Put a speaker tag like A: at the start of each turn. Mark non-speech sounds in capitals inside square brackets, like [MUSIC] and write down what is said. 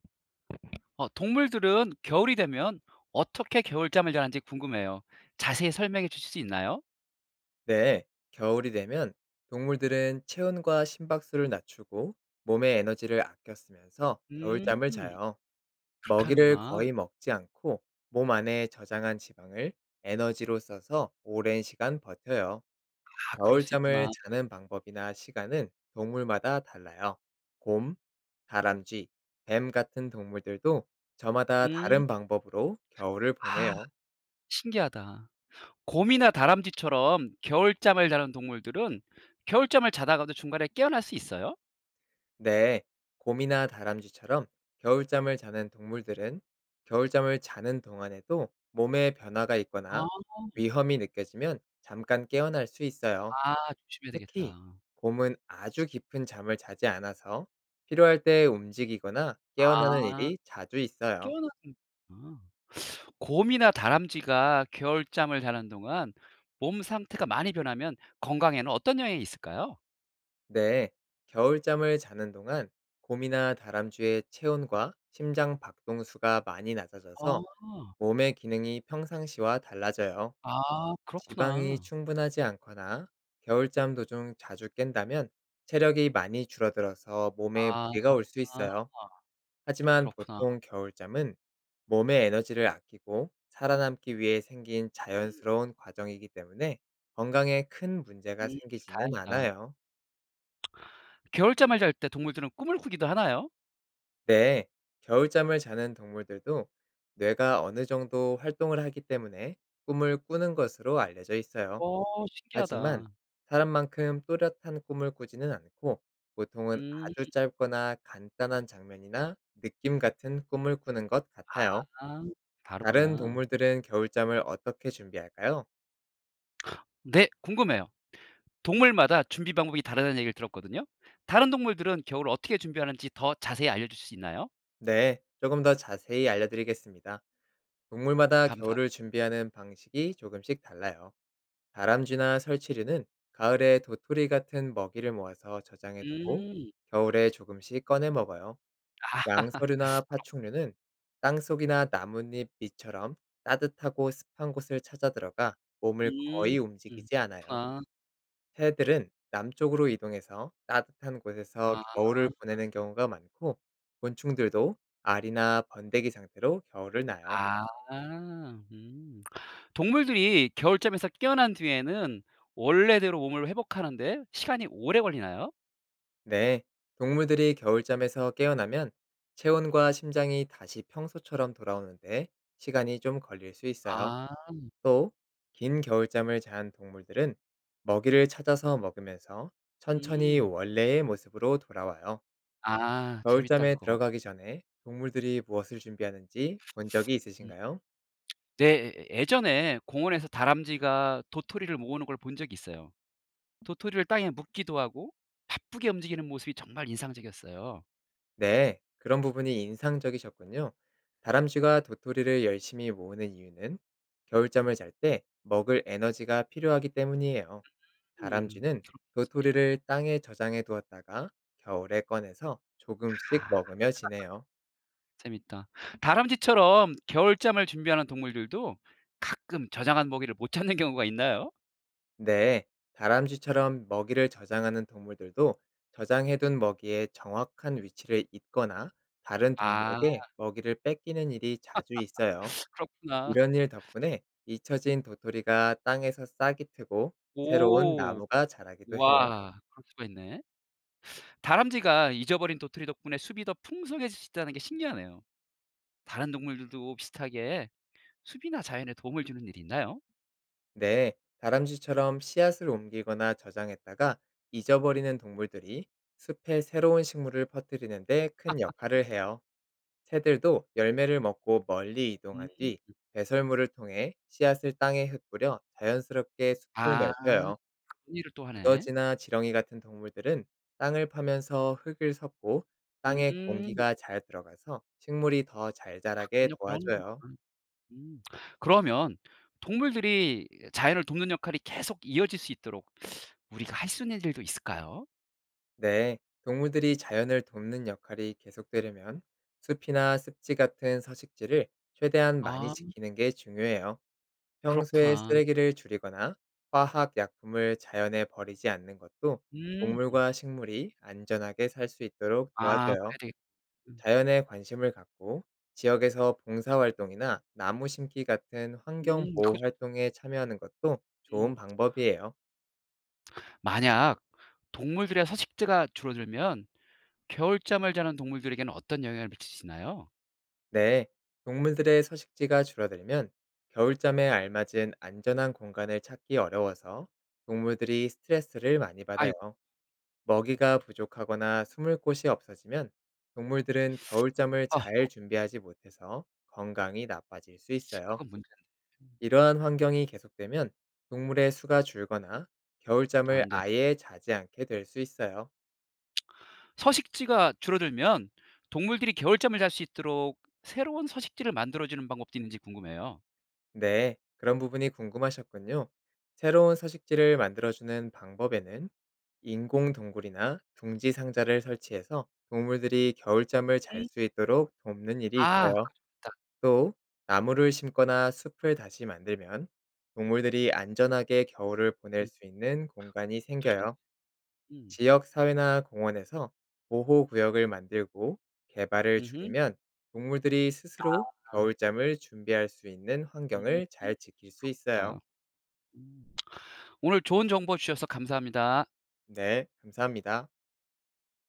A: 동물들은 겨울이 되면 어떻게 겨울잠을 자는지 궁금해요. 자세히 설명해 주실 수 있나요?
B: 네, 겨울이 되면 동물들은 체온과 심박수를 낮추고 몸의 에너지를 아껴 쓰면서
A: 음,
B: 겨울잠을 자요.
A: 그렇게
B: 먹이를
A: 하는구나.
B: 거의 먹지 않고 몸 안에 저장한 지방을 에너지로 써서 오랜 시간 버텨요.
A: 그럴 수
B: 겨울잠을
A: 있구나.
B: 자는 방법이나 시간은 동물마다 달라요. 곰, 다람쥐, 뱀 같은 동물들도 저마다
A: 음,
B: 다른 방법으로 겨울을
A: 아,
B: 보내요.
A: 신기하다. 곰이나 다람쥐처럼 겨울잠을 자는 동물들은 겨울잠을 자다가도 중간에 깨어날 수 있어요?
B: 네, 곰이나 다람쥐처럼 겨울잠을 자는 동물들은 겨울잠을 자는 동안에도 몸에 변화가 있거나
A: 아,
B: 위험이 느껴지면 잠깐 깨어날 수 있어요.
A: 아, 조심해야
B: 특히
A: 되겠다.
B: 곰은 아주 깊은 잠을 자지 않아서 필요할 때 움직이거나 깨어나는
A: 아,
B: 일이 자주 있어요.
A: 깨어나는 거구나. 곰이나 다람쥐가 겨울잠을 자는 동안 몸 상태가 많이 변하면 건강에는 어떤 영향이 있을까요?
B: 네, 겨울잠을 자는 동안 곰이나 다람쥐의 체온과 심장 박동수가 많이 낮아져서
A: 아.
B: 몸의 기능이 평상시와 달라져요.
A: 아
B: 지방이
A: 그렇구나.
B: 충분하지 않거나 겨울잠 도중 자주 깬다면 체력이 많이 줄어들어서 몸에
A: 아
B: 무리가 올 수 있어요. 하지만
A: 그렇구나.
B: 보통 겨울잠은 몸의 에너지를 아끼고 살아남기 위해 생긴
A: 음.
B: 자연스러운 과정이기 때문에 건강에 큰
A: 음.
B: 문제가 생기지는
A: 다행이다.
B: 않아요.
A: 겨울잠을 잘 때 동물들은 꿈을 꾸기도 하나요?
B: 네, 겨울잠을 자는 동물들도 뇌가 어느 정도 활동을 하기 때문에 꿈을 꾸는 것으로 알려져 있어요. 하지만
A: 신기하다.
B: 사람만큼 또렷한 꿈을 꾸지는 않고 보통은 아주
A: 음.
B: 짧거나 간단한 장면이나 느낌 같은 꿈을 꾸는 것 같아요.
A: 아
B: 다른
A: 다르구나.
B: 동물들은 겨울잠을 어떻게 준비할까요?
A: 네, 궁금해요. 동물마다 준비 방법이 다르다는 얘기를 들었거든요. 다른 동물들은 겨울을 어떻게 준비하는지 더 자세히 알려 줄 수 있나요?
B: 네, 조금 더 자세히 알려드리겠습니다. 동물마다
A: 감사.
B: 겨울을 준비하는 방식이 조금씩 달라요. 다람쥐나 설치류는 가을에 도토리 같은 먹이를 모아서 저장해 두고
A: 음.
B: 겨울에 조금씩 꺼내 먹어요.
A: [LAUGHS]
B: 양서류나 파충류는 땅속이나 나뭇잎 밑처럼 따뜻하고 습한 곳을 찾아 들어가 몸을
A: 음.
B: 거의
A: 음.
B: 움직이지 않아요.
A: 그렇구나.
B: 새들은 남쪽으로 이동해서 따뜻한 곳에서
A: 아.
B: 겨울을 보내는 경우가 많고 곤충들도 알이나 번데기 상태로 겨울을 나요.
A: 아. 음. 동물들이 겨울잠에서 깨어난 뒤에는 원래대로 몸을 회복하는데 시간이 오래 걸리나요?
B: 네, 동물들이 겨울잠에서 깨어나면 체온과 심장이 다시 평소처럼 돌아오는데 시간이 좀 걸릴 수 있어요.
A: 아.
B: 또, 긴 겨울잠을 잔 동물들은 먹이를 찾아서 먹으면서 천천히
A: 음.
B: 원래의 모습으로 돌아와요.
A: 재밌다,
B: 겨울잠에
A: 그거.
B: 들어가기 전에 동물들이 무엇을 준비하는지 본 적이
A: 음.
B: 있으신가요?
A: 네. 예, 예전에 공원에서 다람쥐가 도토리를 모으는 걸 본 적이 있어요. 도토리를 땅에 묻기도 하고 바쁘게 움직이는 모습이 정말 인상적이었어요.
B: 네, 그런 부분이 인상적이셨군요. 다람쥐가 도토리를 열심히 모으는 이유는 겨울잠을 잘 때 먹을 에너지가 필요하기 때문이에요.
A: 음.
B: 다람쥐는 도토리를 땅에 저장해 두었다가 겨울에 꺼내서 조금씩
A: 아
B: 먹으며 지내요.
A: 재밌다. 다람쥐처럼 겨울잠을 준비하는 동물들도 가끔 저장한 먹이를 못 찾는 경우가 있나요?
B: 네, 다람쥐처럼 먹이를 저장하는 동물들도 저장해둔 먹이의 정확한 위치를 잊거나 다른
A: 아
B: 동물에게 먹이를 뺏기는 일이 자주 있어요.
A: 그렇구나.
B: 이런 일 덕분에 잊혀진 도토리가 땅에서 싹이 트고 새로운
A: 오.
B: 나무가 자라기도 해요.
A: 와, 그럴 수가 있네. 다람쥐가 잊어버린 도토리 덕분에 숲이 더 풍성해질 수 있다는 게 신기하네요. 다른 동물들도 비슷하게 숲이나 자연에 도움을 주는 일이 있나요?
B: 네, 다람쥐처럼 씨앗을 옮기거나 저장했다가 잊어버리는 동물들이 숲에 새로운 식물을 퍼뜨리는데 큰 역할을 해요. 새들도 열매를 먹고 멀리 이동한
A: 음.
B: 뒤 배설물을 통해 씨앗을 땅에 흩뿌려 자연스럽게 숲을
A: 아
B: 넓혀요.
A: 그런 일을 또 하네.
B: 두더지나 지렁이 같은 동물들은 땅을 파면서 흙을 섞고 땅에
A: 음.
B: 공기가 잘 들어가서 식물이 더 잘 자라게
A: 그런 역을 하는구나.
B: 도와줘요.
A: 음. 그러면 동물들이 자연을 돕는 역할이 계속 이어질 수 있도록 우리가 할 수 있는 일도 있을까요?
B: 네, 동물들이 자연을 돕는 역할이 계속되려면 숲이나 습지 같은 서식지를 최대한 많이
A: 아
B: 지키는 게 중요해요. 평소에
A: 그렇구나.
B: 쓰레기를 줄이거나 화학 약품을 자연에 버리지 않는 것도
A: 음.
B: 동물과 식물이 안전하게 살 수 있도록 도와줘요.
A: 그래야 되겠군.
B: 자연에 관심을 갖고 지역에서 봉사활동이나 나무 심기 같은
A: 그거
B: 환경보호
A: 좋.
B: 활동에 참여하는 것도
A: 음.
B: 좋은 방법이에요.
A: 만약 동물들의 서식지가 줄어들면 겨울잠을 자는 동물들에게는 어떤 영향을 미치시나요?
B: 네, 동물들의 서식지가 줄어들면 겨울잠에 알맞은 안전한 공간을 찾기 어려워서 동물들이 스트레스를 많이
A: 아유.
B: 받아요. 먹이가 부족하거나 숨을 곳이 없어지면 동물들은 겨울잠을
A: 아
B: 잘 준비하지 못해서 건강이 나빠질 수 있어요.
A: 그건 문제네요.
B: 이러한 환경이 계속되면 동물의 수가 줄거나 겨울잠을
A: 안 돼.
B: 아예 자지 않게 될 수 있어요.
A: 서식지가 줄어들면 동물들이 겨울잠을 잘 수 있도록 새로운 서식지를 만들어 주는 방법도 있는지 궁금해요.
B: 네, 그런 부분이 궁금하셨군요. 새로운 서식지를 만들어주는 방법에는 인공 동굴이나 둥지 상자를 설치해서 동물들이 겨울잠을 잘
A: 음.
B: 수 있도록 돕는 일이
A: 그거
B: 있어요.
A: 좋다.
B: 또 나무를 심거나 숲을 다시 만들면 동물들이 안전하게 겨울을 보낼
A: 음.
B: 수 있는 공간이
A: 그것도 좋네.
B: 생겨요.
A: 음.
B: 지역 사회나 공원에서 보호 구역을 만들고 개발을
A: 음음.
B: 줄이면 동물들이 스스로
A: 아.
B: 겨울잠을 준비할 수 있는
A: 음.
B: 환경을
A: 음.
B: 잘 지킬 수
A: 좋다.
B: 있어요.
A: 음. 음. 음. 오늘 좋은 정보 주셔서 감사합니다.
B: 네, 감사합니다.